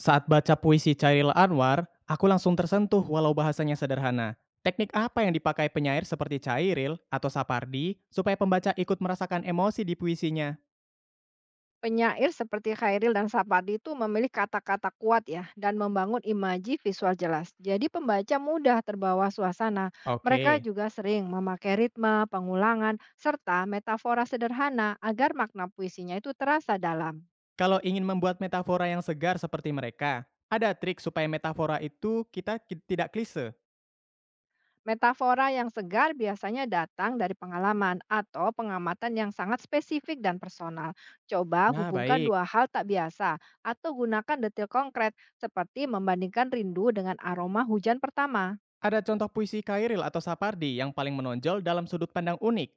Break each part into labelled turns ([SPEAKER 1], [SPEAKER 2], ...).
[SPEAKER 1] Saat baca puisi Chairil Anwar, aku langsung tersentuh walau bahasanya sederhana. Teknik apa yang dipakai penyair seperti Chairil atau Sapardi supaya pembaca ikut merasakan emosi di puisinya?
[SPEAKER 2] Penyair seperti Khairil dan Sapadi itu memilih kata-kata kuat ya dan membangun imaji visual jelas. Jadi pembaca mudah terbawa suasana. Mereka
[SPEAKER 1] Oke,
[SPEAKER 2] juga sering memakai ritme, pengulangan, serta metafora sederhana agar makna puisinya itu terasa dalam.
[SPEAKER 1] kalau ingin membuat metafora yang segar seperti mereka, ada trik supaya metafora itu tidak klise.
[SPEAKER 2] Metafora yang segar biasanya datang dari pengalaman atau pengamatan yang sangat spesifik dan personal. Coba
[SPEAKER 1] Nah,
[SPEAKER 2] hubungkan
[SPEAKER 1] baik.
[SPEAKER 2] dua hal tak biasa atau gunakan detil konkret seperti membandingkan rindu dengan aroma hujan pertama.
[SPEAKER 1] Ada contoh puisi Chairil atau Sapardi yang paling menonjol dalam sudut pandang unik.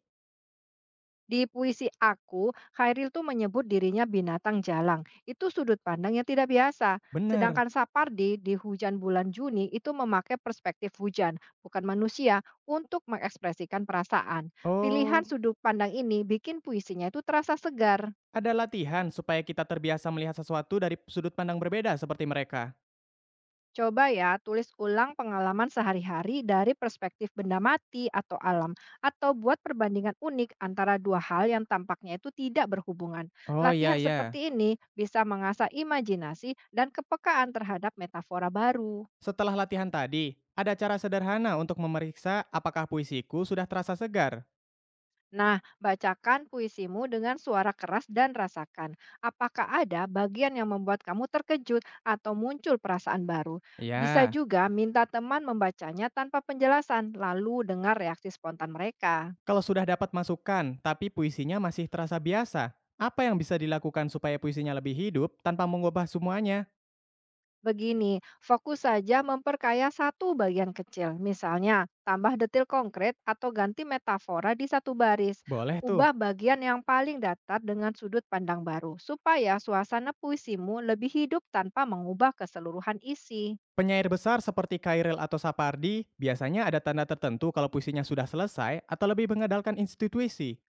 [SPEAKER 2] Di puisi aku, Khairil tuh menyebut dirinya binatang jalang. Itu sudut pandang yang tidak biasa.
[SPEAKER 1] Benar.
[SPEAKER 2] Sedangkan Sapardi di Hujan Bulan Juni itu memakai perspektif hujan, bukan manusia, untuk mengekspresikan perasaan. Pilihan
[SPEAKER 1] Oh,
[SPEAKER 2] sudut pandang ini bikin puisinya itu terasa segar.
[SPEAKER 1] ada latihan supaya kita terbiasa melihat sesuatu dari sudut pandang berbeda seperti mereka.
[SPEAKER 2] Coba ya, tulis ulang pengalaman sehari-hari dari perspektif benda mati atau alam, atau buat perbandingan unik antara dua hal yang tampaknya itu tidak berhubungan.
[SPEAKER 1] Oh, iya
[SPEAKER 2] Latihan seperti
[SPEAKER 1] iya.
[SPEAKER 2] ini bisa mengasah imajinasi dan kepekaan terhadap metafora baru.
[SPEAKER 1] Setelah latihan tadi, ada cara sederhana untuk memeriksa apakah puisiku sudah terasa segar.
[SPEAKER 2] Nah, bacakan puisimu dengan suara keras dan rasakan apakah ada bagian yang membuat kamu terkejut atau muncul perasaan baru. Bisa
[SPEAKER 1] Ya,
[SPEAKER 2] juga minta teman membacanya tanpa penjelasan, lalu dengar reaksi spontan mereka.
[SPEAKER 1] kalau sudah dapat masukan tapi puisinya masih terasa biasa, apa yang bisa dilakukan supaya puisinya lebih hidup tanpa mengubah semuanya?
[SPEAKER 2] Begini, fokus saja memperkaya satu bagian kecil. Misalnya, tambah detil konkret atau ganti metafora di satu baris.
[SPEAKER 1] Boleh tuh.
[SPEAKER 2] Ubah bagian yang paling datar dengan sudut pandang baru, supaya suasana puisimu lebih hidup tanpa mengubah keseluruhan isi.
[SPEAKER 1] Penyair besar seperti Kairil atau Sapardi biasanya ada tanda tertentu kalau puisinya sudah selesai atau lebih mengandalkan institusi.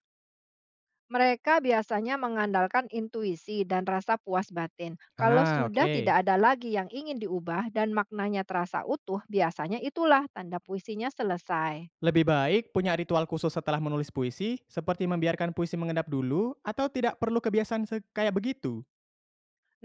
[SPEAKER 2] Mereka biasanya mengandalkan intuisi dan rasa puas batin. Kalau
[SPEAKER 1] Ah,
[SPEAKER 2] sudah tidak
[SPEAKER 1] oke.
[SPEAKER 2] ada lagi yang ingin diubah dan maknanya terasa utuh, biasanya itulah tanda puisinya selesai.
[SPEAKER 1] Lebih baik punya ritual khusus setelah menulis puisi, seperti membiarkan puisi mengendap dulu atau tidak perlu kayak begitu?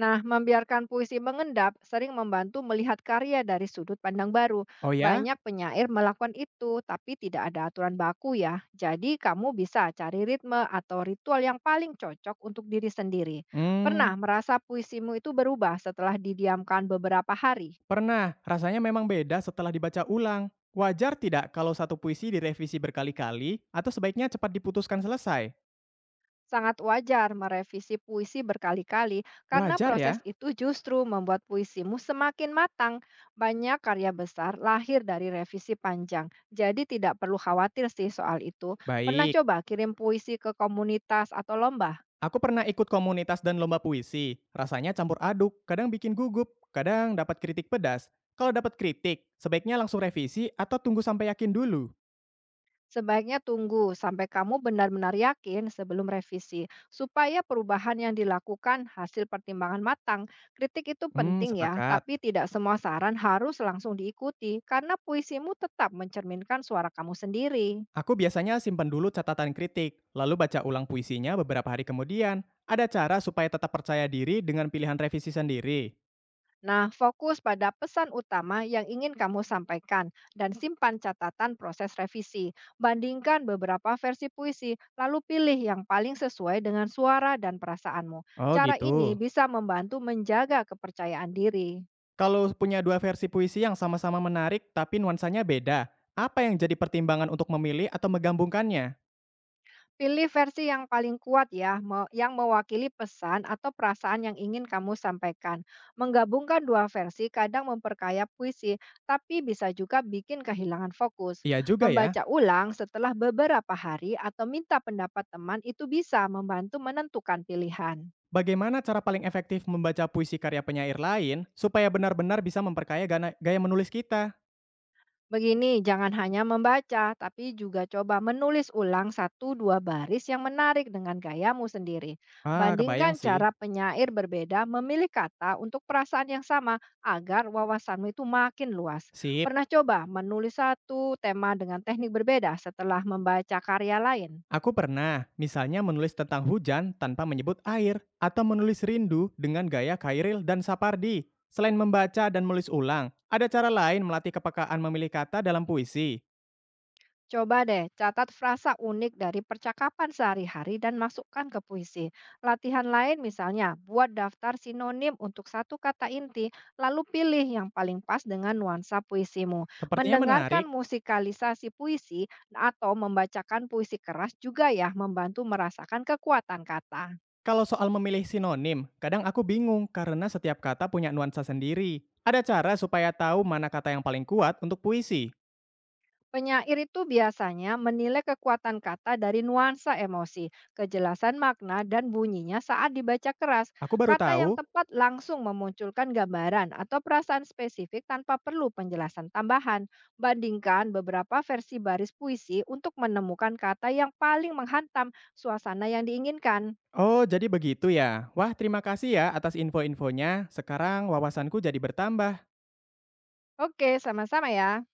[SPEAKER 2] Nah, membiarkan puisi mengendap sering membantu melihat karya dari sudut pandang baru.
[SPEAKER 1] Oh ya?
[SPEAKER 2] Banyak penyair melakukan itu, tapi tidak ada aturan baku ya. Jadi, kamu bisa cari ritme atau ritual yang paling cocok untuk diri sendiri. Pernah
[SPEAKER 1] Hmm,
[SPEAKER 2] merasa puisimu itu berubah setelah didiamkan beberapa hari?
[SPEAKER 1] pernah. Rasanya memang beda setelah dibaca ulang. Wajar tidak kalau satu puisi direvisi berkali-kali atau sebaiknya cepat diputuskan selesai?
[SPEAKER 2] Sangat wajar merevisi puisi berkali-kali karena
[SPEAKER 1] Wajar
[SPEAKER 2] proses
[SPEAKER 1] ya?
[SPEAKER 2] itu justru membuat puisimu semakin matang. Banyak karya besar lahir dari revisi panjang, jadi tidak perlu khawatir sih soal itu. Pernah
[SPEAKER 1] Baik.
[SPEAKER 2] coba kirim puisi ke komunitas atau lomba?
[SPEAKER 1] Aku pernah ikut komunitas dan lomba puisi. Rasanya campur aduk, kadang bikin gugup, kadang dapat kritik pedas. Kalau dapat kritik, sebaiknya langsung revisi atau tunggu sampai yakin dulu.
[SPEAKER 2] Sebaiknya tunggu sampai kamu benar-benar yakin sebelum revisi, supaya perubahan yang dilakukan hasil pertimbangan matang. Kritik itu
[SPEAKER 1] Hmm,
[SPEAKER 2] penting ya,
[SPEAKER 1] sepakat.
[SPEAKER 2] tapi tidak semua saran harus langsung diikuti, karena puisimu tetap mencerminkan suara kamu sendiri.
[SPEAKER 1] Aku biasanya simpan dulu catatan kritik, lalu baca ulang puisinya beberapa hari kemudian. Ada cara supaya tetap percaya diri dengan pilihan revisi sendiri.
[SPEAKER 2] Nah, fokus pada pesan utama yang ingin kamu sampaikan dan simpan catatan proses revisi. Bandingkan beberapa versi puisi, lalu pilih yang paling sesuai dengan suara dan perasaanmu.
[SPEAKER 1] Oh
[SPEAKER 2] Cara
[SPEAKER 1] gitu.
[SPEAKER 2] ini bisa membantu menjaga kepercayaan diri.
[SPEAKER 1] Kalau punya dua versi puisi yang sama-sama menarik tapi nuansanya beda, apa yang jadi pertimbangan untuk memilih atau menggabungkannya?
[SPEAKER 2] Pilih versi yang paling kuat ya, yang mewakili pesan atau perasaan yang ingin kamu sampaikan. Menggabungkan dua versi kadang memperkaya puisi, tapi bisa juga bikin kehilangan fokus.
[SPEAKER 1] Iya juga ya.
[SPEAKER 2] Membaca ulang setelah beberapa hari atau minta pendapat teman itu bisa membantu menentukan pilihan.
[SPEAKER 1] Bagaimana cara paling efektif membaca puisi karya penyair lain supaya benar-benar bisa memperkaya gaya menulis kita?
[SPEAKER 2] Begini, jangan hanya membaca, tapi juga coba menulis ulang satu dua baris yang menarik dengan gayamu sendiri.
[SPEAKER 1] Ah,
[SPEAKER 2] Bandingkan
[SPEAKER 1] kebayang sih.
[SPEAKER 2] cara penyair berbeda memilih kata untuk perasaan yang sama agar wawasanmu itu makin luas.
[SPEAKER 1] Sip.
[SPEAKER 2] Pernah coba menulis satu tema dengan teknik berbeda setelah membaca karya lain?
[SPEAKER 1] Aku pernah, misalnya menulis tentang hujan tanpa menyebut air, atau menulis rindu dengan gaya Kairil dan Sapardi. Selain membaca dan menulis ulang, ada cara lain melatih kepekaan memilih kata dalam puisi.
[SPEAKER 2] Coba deh catat frasa unik dari percakapan sehari-hari dan masukkan ke puisi. Latihan lain misalnya, buat daftar sinonim untuk satu kata inti, lalu pilih yang paling pas dengan nuansa puisimu.
[SPEAKER 1] Sepertinya
[SPEAKER 2] Mendengarkan
[SPEAKER 1] menarik,
[SPEAKER 2] musikalisasi puisi atau membacakan puisi keras juga ya membantu merasakan kekuatan kata.
[SPEAKER 1] kalau soal memilih sinonim, kadang aku bingung karena setiap kata punya nuansa sendiri. Ada cara supaya tahu mana kata yang paling kuat untuk puisi.
[SPEAKER 2] Penyair itu biasanya menilai kekuatan kata dari nuansa emosi, kejelasan makna, dan bunyinya saat dibaca keras.
[SPEAKER 1] Aku baru
[SPEAKER 2] Kata yang
[SPEAKER 1] tahu.
[SPEAKER 2] tepat langsung memunculkan gambaran atau perasaan spesifik tanpa perlu penjelasan tambahan. Bandingkan beberapa versi baris puisi untuk menemukan kata yang paling menghantam suasana yang diinginkan.
[SPEAKER 1] Oh, jadi begitu ya. Wah, terima kasih ya atas info-infonya. Sekarang wawasanku jadi bertambah.
[SPEAKER 2] Oke, sama-sama ya.